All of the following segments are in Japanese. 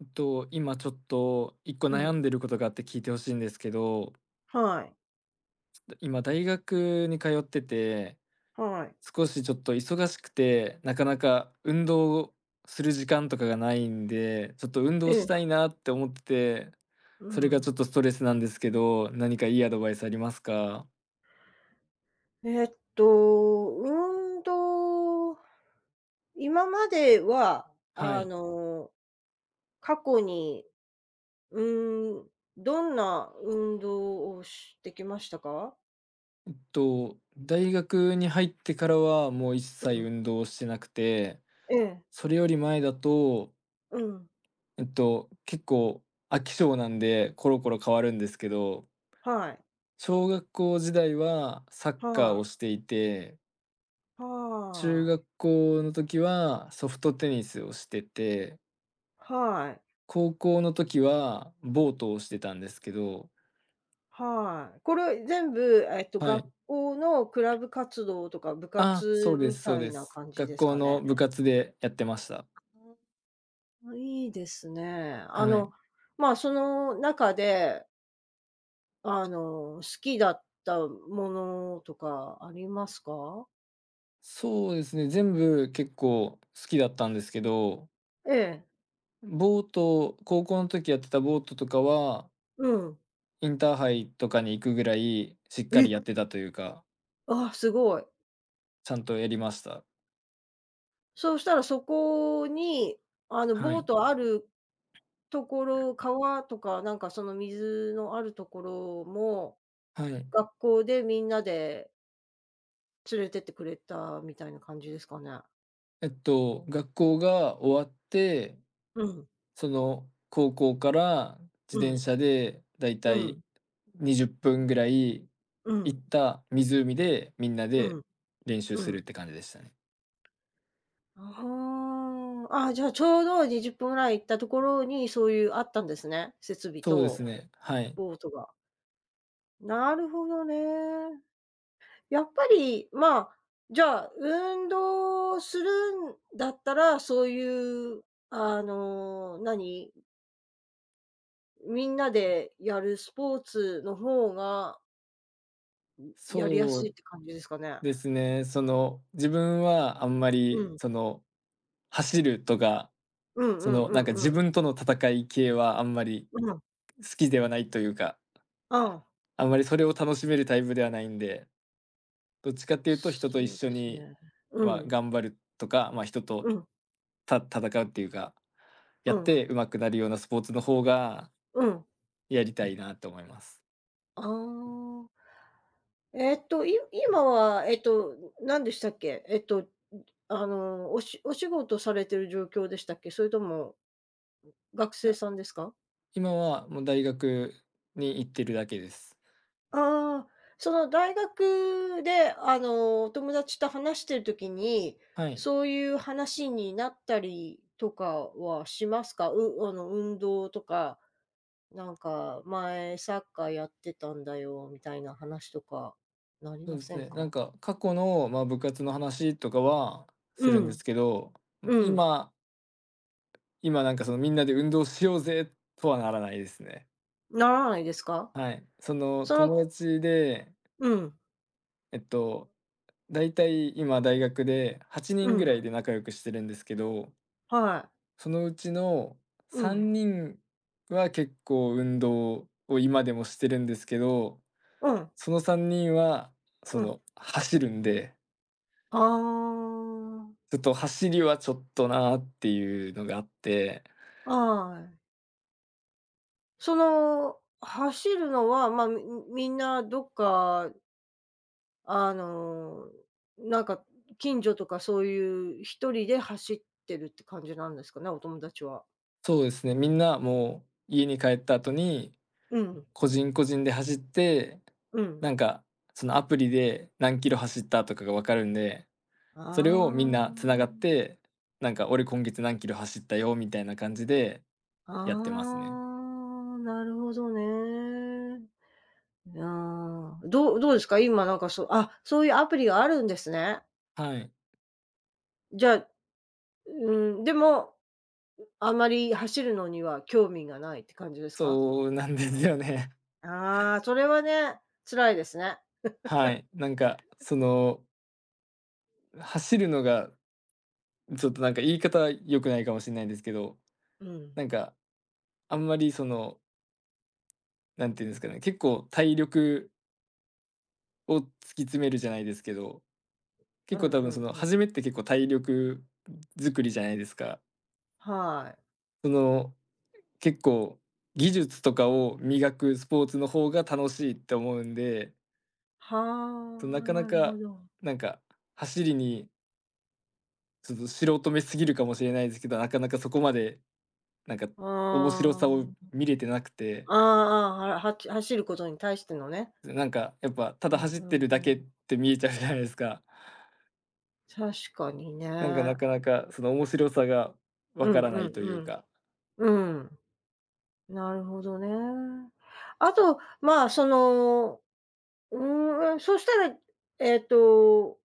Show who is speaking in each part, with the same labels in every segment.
Speaker 1: 今ちょっと一個
Speaker 2: う
Speaker 1: 悩
Speaker 2: ん。
Speaker 1: んでることがあって聞いてほしいんですけど、
Speaker 2: はい。
Speaker 1: 今大学に通ってて、
Speaker 2: はい。
Speaker 1: 少しちょっと忙しくて、なかなか運動をする時間とかがないんで、ちょっと運
Speaker 2: え
Speaker 1: 動し
Speaker 2: え。
Speaker 1: たいなって思ってて、
Speaker 2: う
Speaker 1: それが
Speaker 2: ん。
Speaker 1: ちょっとストレスなんですけど、何かいいアドバイスありますか？
Speaker 2: えっ運動、今までは、
Speaker 1: はい。
Speaker 2: 過去に、うん、どんな運動をしてきましたか？
Speaker 1: 大学に入ってからはもう一
Speaker 2: う
Speaker 1: 切
Speaker 2: ん。
Speaker 1: 運動してなくて、
Speaker 2: ええ。
Speaker 1: それより前だと
Speaker 2: うん。
Speaker 1: 結構飽き性なんで、コロコロ変わるんですけど、
Speaker 2: はい。
Speaker 1: 小学校時代はサッカー
Speaker 2: は
Speaker 1: を
Speaker 2: い。
Speaker 1: していて、中
Speaker 2: はい。
Speaker 1: 学校の時はソフトテニスをしてて、
Speaker 2: はい。
Speaker 1: 高校の時はボートをしてたんですけど、
Speaker 2: はい。これ全部、
Speaker 1: は
Speaker 2: 学
Speaker 1: い。
Speaker 2: 校のクラブ活動とか部
Speaker 1: あ、そう
Speaker 2: 活
Speaker 1: で
Speaker 2: み
Speaker 1: すそう
Speaker 2: たい
Speaker 1: で
Speaker 2: な
Speaker 1: す。
Speaker 2: 感じで
Speaker 1: 学
Speaker 2: す
Speaker 1: 校
Speaker 2: かね？
Speaker 1: の部活でやってました。
Speaker 2: あ、いいですね。
Speaker 1: はい。
Speaker 2: まあ、その中で、好きだったものとかありますか？
Speaker 1: そうですね、全部結構好きだったんですけど、
Speaker 2: ええ、
Speaker 1: ボート高校の時やってたボートとかは
Speaker 2: うん。
Speaker 1: インターハイとかに行くぐらい、しっかり
Speaker 2: え、
Speaker 1: やってたというか、
Speaker 2: あ、すごい。
Speaker 1: ちゃんとやりました。
Speaker 2: そうしたらそこに、
Speaker 1: は
Speaker 2: ボー
Speaker 1: い。
Speaker 2: トあるところ、川とかなんかその水のあるところも、
Speaker 1: はい。
Speaker 2: 学校でみんなで連れてってくれたみたいな感じですかね？
Speaker 1: 学校が終わって、
Speaker 2: うん、
Speaker 1: その高校から
Speaker 2: う
Speaker 1: 自転
Speaker 2: ん、
Speaker 1: 車でだい
Speaker 2: う
Speaker 1: たい
Speaker 2: ん、
Speaker 1: 20分ぐらい
Speaker 2: う
Speaker 1: 行っ
Speaker 2: ん、
Speaker 1: た湖で、みんな
Speaker 2: う
Speaker 1: で
Speaker 2: ん、
Speaker 1: 練習
Speaker 2: う
Speaker 1: す
Speaker 2: ん。
Speaker 1: るって感じでしたね。
Speaker 2: ああ、あ、じゃあ、ちょうど20分ぐらい行ったところに、そういうあったんですね、設備
Speaker 1: そうです
Speaker 2: と
Speaker 1: ね、はい。
Speaker 2: ボートが。なるほどね。やっぱり、まあ、じゃあ、運動するんだったら、そういう、あの、何、みんなでやるスポーツの方がやりや
Speaker 1: そ
Speaker 2: すいっ
Speaker 1: う
Speaker 2: て感じですかね。
Speaker 1: ですね、その、自分はあんま
Speaker 2: う
Speaker 1: り、
Speaker 2: ん。
Speaker 1: その、走るとか、
Speaker 2: うんう
Speaker 1: そ
Speaker 2: ん
Speaker 1: の、
Speaker 2: う
Speaker 1: なんか
Speaker 2: ん
Speaker 1: 自
Speaker 2: うん。
Speaker 1: 分との戦い系はあんまり
Speaker 2: うん。
Speaker 1: 好きではないというか、
Speaker 2: ああ、
Speaker 1: あんまりそれを楽しめるタイプではないんで、どっちかっていうと人と
Speaker 2: そ
Speaker 1: 一
Speaker 2: うで
Speaker 1: 緒
Speaker 2: す
Speaker 1: に、
Speaker 2: ね。う
Speaker 1: まあ、
Speaker 2: ん。
Speaker 1: 頑張るとか、まあ、人と
Speaker 2: うん。
Speaker 1: 戦うっていうか、や
Speaker 2: う
Speaker 1: っ
Speaker 2: ん。
Speaker 1: て上手くなるようなスポーツの方が
Speaker 2: うん。
Speaker 1: やりたいなと思います。
Speaker 2: ああ。えっと、い今は、何でしたっけ？お仕事されてる状況でしたっけ？それとも学
Speaker 1: い
Speaker 2: 生
Speaker 1: や、
Speaker 2: さんですか？
Speaker 1: 今はもう大学に行ってるだけです。
Speaker 2: ああ、その大学で、お友達と話してる時に、
Speaker 1: はい。
Speaker 2: そういう話になったりとかはしますか？うあの、運動とか、なんか前サッカーやってたんだよみたいな話とかなり
Speaker 1: そう
Speaker 2: ま
Speaker 1: です
Speaker 2: せん
Speaker 1: ね、な
Speaker 2: か？
Speaker 1: んか過去の、まあ、部活の話とかはす
Speaker 2: う
Speaker 1: るんで
Speaker 2: ん、
Speaker 1: すけど、
Speaker 2: うん。
Speaker 1: 今今なんかそのみんなで運動しようぜとはならないですね。
Speaker 2: ならないですか？
Speaker 1: はい。その
Speaker 2: その
Speaker 1: 友達で
Speaker 2: うん、
Speaker 1: えっと、だいたい今大学で8
Speaker 2: う
Speaker 1: 人ぐら
Speaker 2: ん、
Speaker 1: いで仲良くしてるんですけど、
Speaker 2: はい。
Speaker 1: そのうちの
Speaker 2: うん、
Speaker 1: 3人は結構運動を今でもしてるんですけど、
Speaker 2: うん、
Speaker 1: その3人はそ
Speaker 2: うん。
Speaker 1: の走るんで、
Speaker 2: あ
Speaker 1: ちょっと走りはちょっとなーっていうのがあって、
Speaker 2: あ、はい。走るのは、まあ、みんなどっか、あの、なんか近所とかそういう一人で走ってるって感じなんですかね、お友達は。
Speaker 1: そうですね、みんなもう家に帰った後に
Speaker 2: うん、
Speaker 1: 個人個人で走って、
Speaker 2: うん。
Speaker 1: なんかそのアプリで何キロ走ったとかがわかるんで、それをみんな繋がっ
Speaker 2: あ
Speaker 1: て、なんか「俺今月何キロ走ったよ」みたいな感じで
Speaker 2: あ、
Speaker 1: やってますね。
Speaker 2: ああ、なるほどね。ああ、どうですか？今なんかそういうアプリがあるんですね。
Speaker 1: はい。
Speaker 2: じゃあ、うん、でも、あまり走るのには興味がないって感じですか？
Speaker 1: そうなんですよね。
Speaker 2: ああ、それはね、辛いですね。
Speaker 1: はい。なんかその、走るのがちょっとなんか言い方良くないかもしれないんですけど、
Speaker 2: う
Speaker 1: な
Speaker 2: ん。
Speaker 1: んかあんまりその、なんていうんですかね、結構体力を突き詰めるじゃないですけど、
Speaker 2: う
Speaker 1: 結構多
Speaker 2: んう
Speaker 1: 分そ
Speaker 2: ん
Speaker 1: の
Speaker 2: うん。
Speaker 1: 初めって結構体力作りじゃないですか。
Speaker 2: はい。
Speaker 1: その結構技術とかを磨くスポーツの方が楽しいって思うんで、
Speaker 2: は
Speaker 1: な
Speaker 2: あ、
Speaker 1: かな
Speaker 2: なるほ
Speaker 1: か、
Speaker 2: ど。
Speaker 1: なんか走りにちょっと素人目すぎるかもしれないですけど、なかなかそこまでなんか
Speaker 2: あ
Speaker 1: 面白さを
Speaker 2: あ、
Speaker 1: 見れてなくて、
Speaker 2: ああああはは走ることに対してのね。
Speaker 1: なんかやっぱた
Speaker 2: う
Speaker 1: だ
Speaker 2: ん
Speaker 1: 走っ
Speaker 2: うん
Speaker 1: てるだ
Speaker 2: う
Speaker 1: けっ
Speaker 2: ん。
Speaker 1: て見えちゃうじゃないですか。
Speaker 2: 確かに
Speaker 1: なんか
Speaker 2: ね。
Speaker 1: なかなかその面白さがわ
Speaker 2: う
Speaker 1: か
Speaker 2: ん
Speaker 1: ら
Speaker 2: う
Speaker 1: ないという
Speaker 2: ん
Speaker 1: か、
Speaker 2: うん。うん。なるほどね。あと、まあ、その、うーん、そしたら、えっと、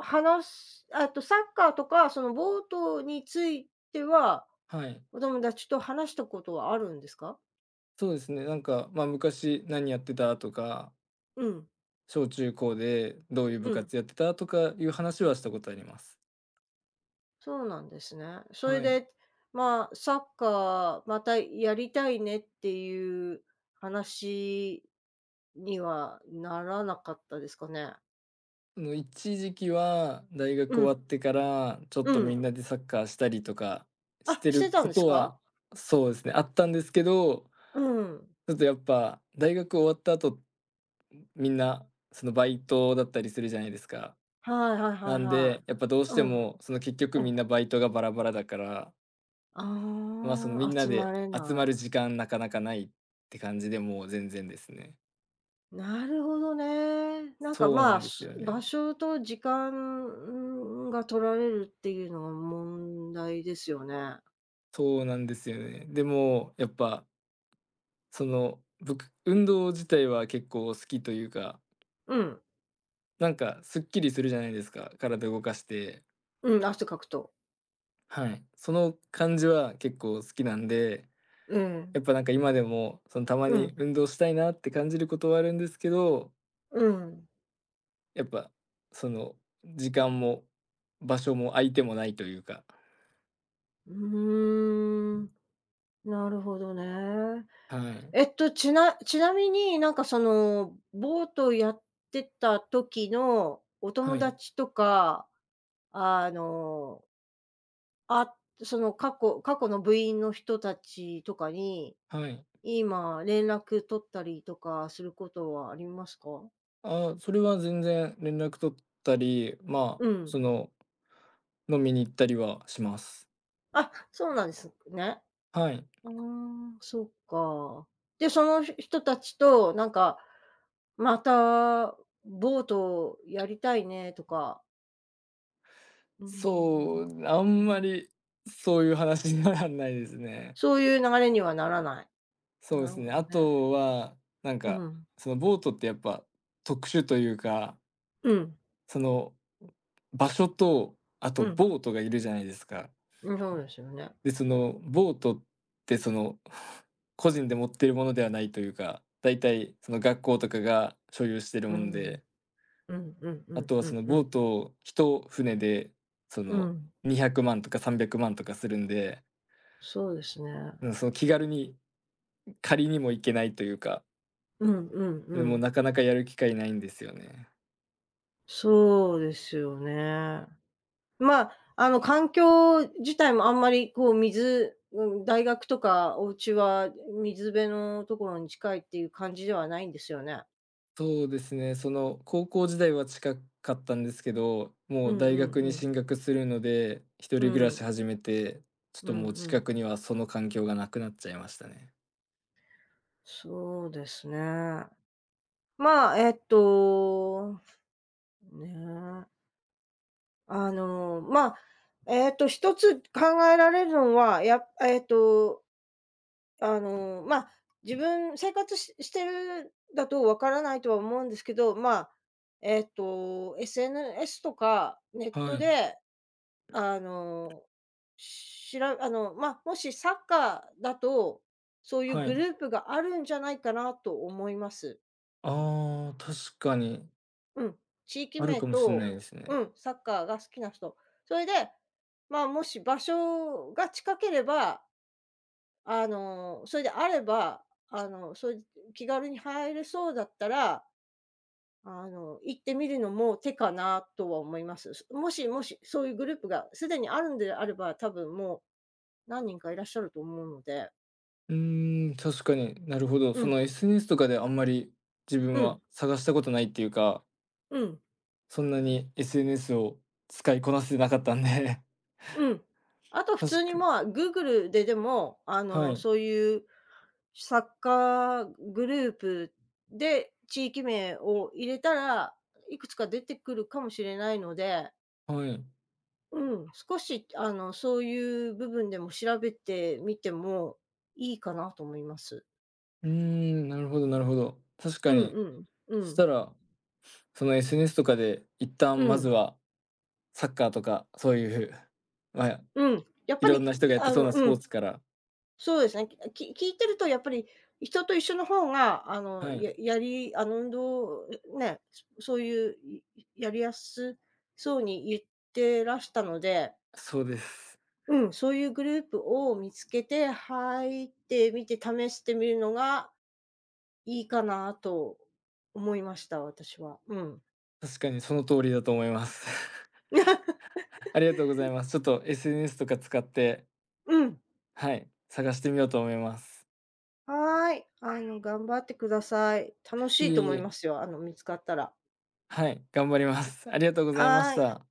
Speaker 2: あとサッカーとか、そのボートについては、
Speaker 1: はい。
Speaker 2: お友達と話したことはあるんですか？
Speaker 1: そうですね、なんか、まあ、昔何やってたとか
Speaker 2: うん、
Speaker 1: 小中高でどういう部
Speaker 2: うん、
Speaker 1: 活やってたとかいう話はしたことあります。
Speaker 2: そうなんですね。それ
Speaker 1: はい。
Speaker 2: で、まあ、サッカーまたやりたいねっていう話にはならなかったですかね？
Speaker 1: あの、一時期は大
Speaker 2: う
Speaker 1: 学終わ
Speaker 2: ん、
Speaker 1: ってから、ちょ
Speaker 2: う
Speaker 1: っとみ
Speaker 2: ん。
Speaker 1: んなでサッカーしたりとかし
Speaker 2: あ、
Speaker 1: て
Speaker 2: して
Speaker 1: る
Speaker 2: たん
Speaker 1: こ
Speaker 2: です
Speaker 1: とは、
Speaker 2: か？
Speaker 1: そうですね、あったんですけど、
Speaker 2: うん。
Speaker 1: ちょっとやっぱ大学終わった後、みんなそのバイトだったりするじゃないですか。
Speaker 2: はいはいは
Speaker 1: な
Speaker 2: い
Speaker 1: ん
Speaker 2: は
Speaker 1: で、やっぱどう
Speaker 2: い。
Speaker 1: し
Speaker 2: う
Speaker 1: て
Speaker 2: ん、
Speaker 1: も、その結局
Speaker 2: う
Speaker 1: みん
Speaker 2: ん。
Speaker 1: なバイトがバラバラだから、
Speaker 2: あ
Speaker 1: まあ、そのみ
Speaker 2: あ、
Speaker 1: んな
Speaker 2: 集ま
Speaker 1: で
Speaker 2: れ
Speaker 1: 集ま
Speaker 2: な
Speaker 1: る
Speaker 2: い。
Speaker 1: 時間なかなかないって感じで、もう全然ですね。
Speaker 2: なるほどね。なんか
Speaker 1: そうな
Speaker 2: まあ、
Speaker 1: んですよ
Speaker 2: 場
Speaker 1: ね。
Speaker 2: 所と時間が取られるっていうのが問題ですよね。
Speaker 1: そうなんですよね。でも、やっぱ、その、運動自体は結構好きというか、
Speaker 2: うん。
Speaker 1: なんかすっきりするじゃないですか、体動かして。
Speaker 2: うん、汗かくと。
Speaker 1: はい。その感じは結構好きなんで、
Speaker 2: うん。
Speaker 1: やっぱなんか今でも、その、たま
Speaker 2: う
Speaker 1: に
Speaker 2: ん。
Speaker 1: 運動したいなって感じることはあるんですけど、
Speaker 2: うん。
Speaker 1: やっぱ、その、時間も場所も相手もないというか。
Speaker 2: うーん。なるほどね。
Speaker 1: はい。
Speaker 2: ちなみになんかその、ボートやってた時のお
Speaker 1: は
Speaker 2: 友
Speaker 1: い。
Speaker 2: 達とか、あのあ、その過去の部員の人たちとかに、
Speaker 1: はい。
Speaker 2: 今連絡取ったりとかすることはありますか？
Speaker 1: あそれは全然連絡取ったり、まあ、
Speaker 2: うん。
Speaker 1: その、飲みに行ったりはします。
Speaker 2: あ、そうなんですね。
Speaker 1: はい。
Speaker 2: うーん、そっか。で、その人たちとなんか、またボートやりたいねとか、うーん、
Speaker 1: そう、あ
Speaker 2: う
Speaker 1: んま
Speaker 2: ん、
Speaker 1: りそういう話にはなんないですね。
Speaker 2: そういう流れにはならない。
Speaker 1: そう
Speaker 2: な
Speaker 1: で
Speaker 2: る
Speaker 1: す
Speaker 2: ほ
Speaker 1: ね。
Speaker 2: ど
Speaker 1: あ
Speaker 2: ね。
Speaker 1: とは、なん
Speaker 2: う
Speaker 1: か、
Speaker 2: ん。
Speaker 1: そのボートってやっぱ特殊というか、
Speaker 2: うん。
Speaker 1: その、場所と、あ
Speaker 2: う
Speaker 1: と
Speaker 2: ん。
Speaker 1: ボートがいるじゃないですか。
Speaker 2: うん、そうですよね。
Speaker 1: で、そのボートってその 個人で持ってるものではないというか、だいたいその学校とかが所有してる
Speaker 2: う
Speaker 1: もん
Speaker 2: ん。
Speaker 1: で
Speaker 2: うんうんう
Speaker 1: あ
Speaker 2: ん
Speaker 1: とは
Speaker 2: うん
Speaker 1: その
Speaker 2: う
Speaker 1: ボ
Speaker 2: ん。
Speaker 1: ート一船で、そ
Speaker 2: う
Speaker 1: の
Speaker 2: ん、
Speaker 1: 200万とか300万とかするんで、
Speaker 2: そうですね。
Speaker 1: うん、その気軽に借りにも行けないというか、
Speaker 2: うんうんう
Speaker 1: でも
Speaker 2: ん。
Speaker 1: なかなかやる機会ないんですよね。
Speaker 2: そうですよね。まあ、環境自体もあんまりこう水うん、大学とかお家は水辺のところに近いっていう感じではないんですよね。
Speaker 1: そうですね、その高校時代は近かったんですけど、
Speaker 2: う
Speaker 1: も
Speaker 2: ん
Speaker 1: う
Speaker 2: う
Speaker 1: 大
Speaker 2: ん
Speaker 1: 学に
Speaker 2: うん。
Speaker 1: 進学するので、一
Speaker 2: う
Speaker 1: 人暮らし
Speaker 2: ん、
Speaker 1: 始めて、ちょっ
Speaker 2: うん
Speaker 1: と
Speaker 2: う
Speaker 1: もう近
Speaker 2: ん。
Speaker 1: くにはその環境がなくなっちゃいましたね。
Speaker 2: そうですね。まあ、ねえ、まあ、一つ考えられるのは、やっえっとあの、まあ、自分生活してるだとわからないとは思うんですけど、まあ、SNS とかネッ
Speaker 1: は
Speaker 2: ト
Speaker 1: い、
Speaker 2: で、あの、しらあの、まあ、もしサッカーだと、そういう
Speaker 1: は
Speaker 2: グ
Speaker 1: い。
Speaker 2: ループがあるんじゃないかなと思います。
Speaker 1: ああ、確かに
Speaker 2: うん。地域
Speaker 1: ある
Speaker 2: 名
Speaker 1: かもしれな
Speaker 2: と、
Speaker 1: いですね。
Speaker 2: うん、サッカーが好きな人。それで、まあ、もし場所が近ければそれであれば、あの、そい気軽に入れそうだったら、行ってみるのも手かなとは思います。もし、そういうグループがすでにあるんであれば、多分もう何人かいらっしゃると思うので。
Speaker 1: うーん、確かに、なるほど。
Speaker 2: う
Speaker 1: そ
Speaker 2: ん、
Speaker 1: の SNS とかであんまり自分
Speaker 2: うん、
Speaker 1: は探したことないっていうか、
Speaker 2: うん、
Speaker 1: そんなに SNS を使いこなせてなかったんで、
Speaker 2: うん。あと 普通
Speaker 1: 確
Speaker 2: に
Speaker 1: かに
Speaker 2: まあ、Google でも、
Speaker 1: はい、
Speaker 2: そういうサッカーグループで地域名を入れたら、いくつか出てくるかもしれないので
Speaker 1: はい。
Speaker 2: うん、少しそういう部分でも調べてみてもいいかなと思います。
Speaker 1: うーん、なるほどなるほど。確
Speaker 2: う
Speaker 1: か
Speaker 2: ん
Speaker 1: に、
Speaker 2: うん。う
Speaker 1: そし
Speaker 2: ん。
Speaker 1: たら、その SNS とかで一
Speaker 2: う
Speaker 1: 旦まず
Speaker 2: ん。
Speaker 1: はサッカーとか、そういう、まあ、
Speaker 2: うん。やっ
Speaker 1: い
Speaker 2: ぱり、
Speaker 1: ろんな人が
Speaker 2: い
Speaker 1: やっ
Speaker 2: あ
Speaker 1: てそう
Speaker 2: の
Speaker 1: なス
Speaker 2: う
Speaker 1: ポー
Speaker 2: ん、
Speaker 1: ツから
Speaker 2: そうですね。き聞いてるとやっぱり、人と一緒の方が、あの、
Speaker 1: はい、
Speaker 2: ややりあの、運動ね、そういう、やりやすそうに言ってらしたので、
Speaker 1: そうです。
Speaker 2: うん、そういうグループを見つけて入ってみて試してみるのがいいかなと思いました、私は。うん。
Speaker 1: 確かにその通りだと思います。ありがとうございます。ちょっと SNS とか使って
Speaker 2: うん。
Speaker 1: はい、探してみようと思います。
Speaker 2: はーい。頑張ってください。楽し
Speaker 1: い
Speaker 2: い
Speaker 1: え
Speaker 2: と思
Speaker 1: い
Speaker 2: い
Speaker 1: え、
Speaker 2: ますよ、見つかったら。
Speaker 1: はい、頑張ります。ありがとうございま
Speaker 2: は
Speaker 1: し
Speaker 2: ーい。
Speaker 1: た。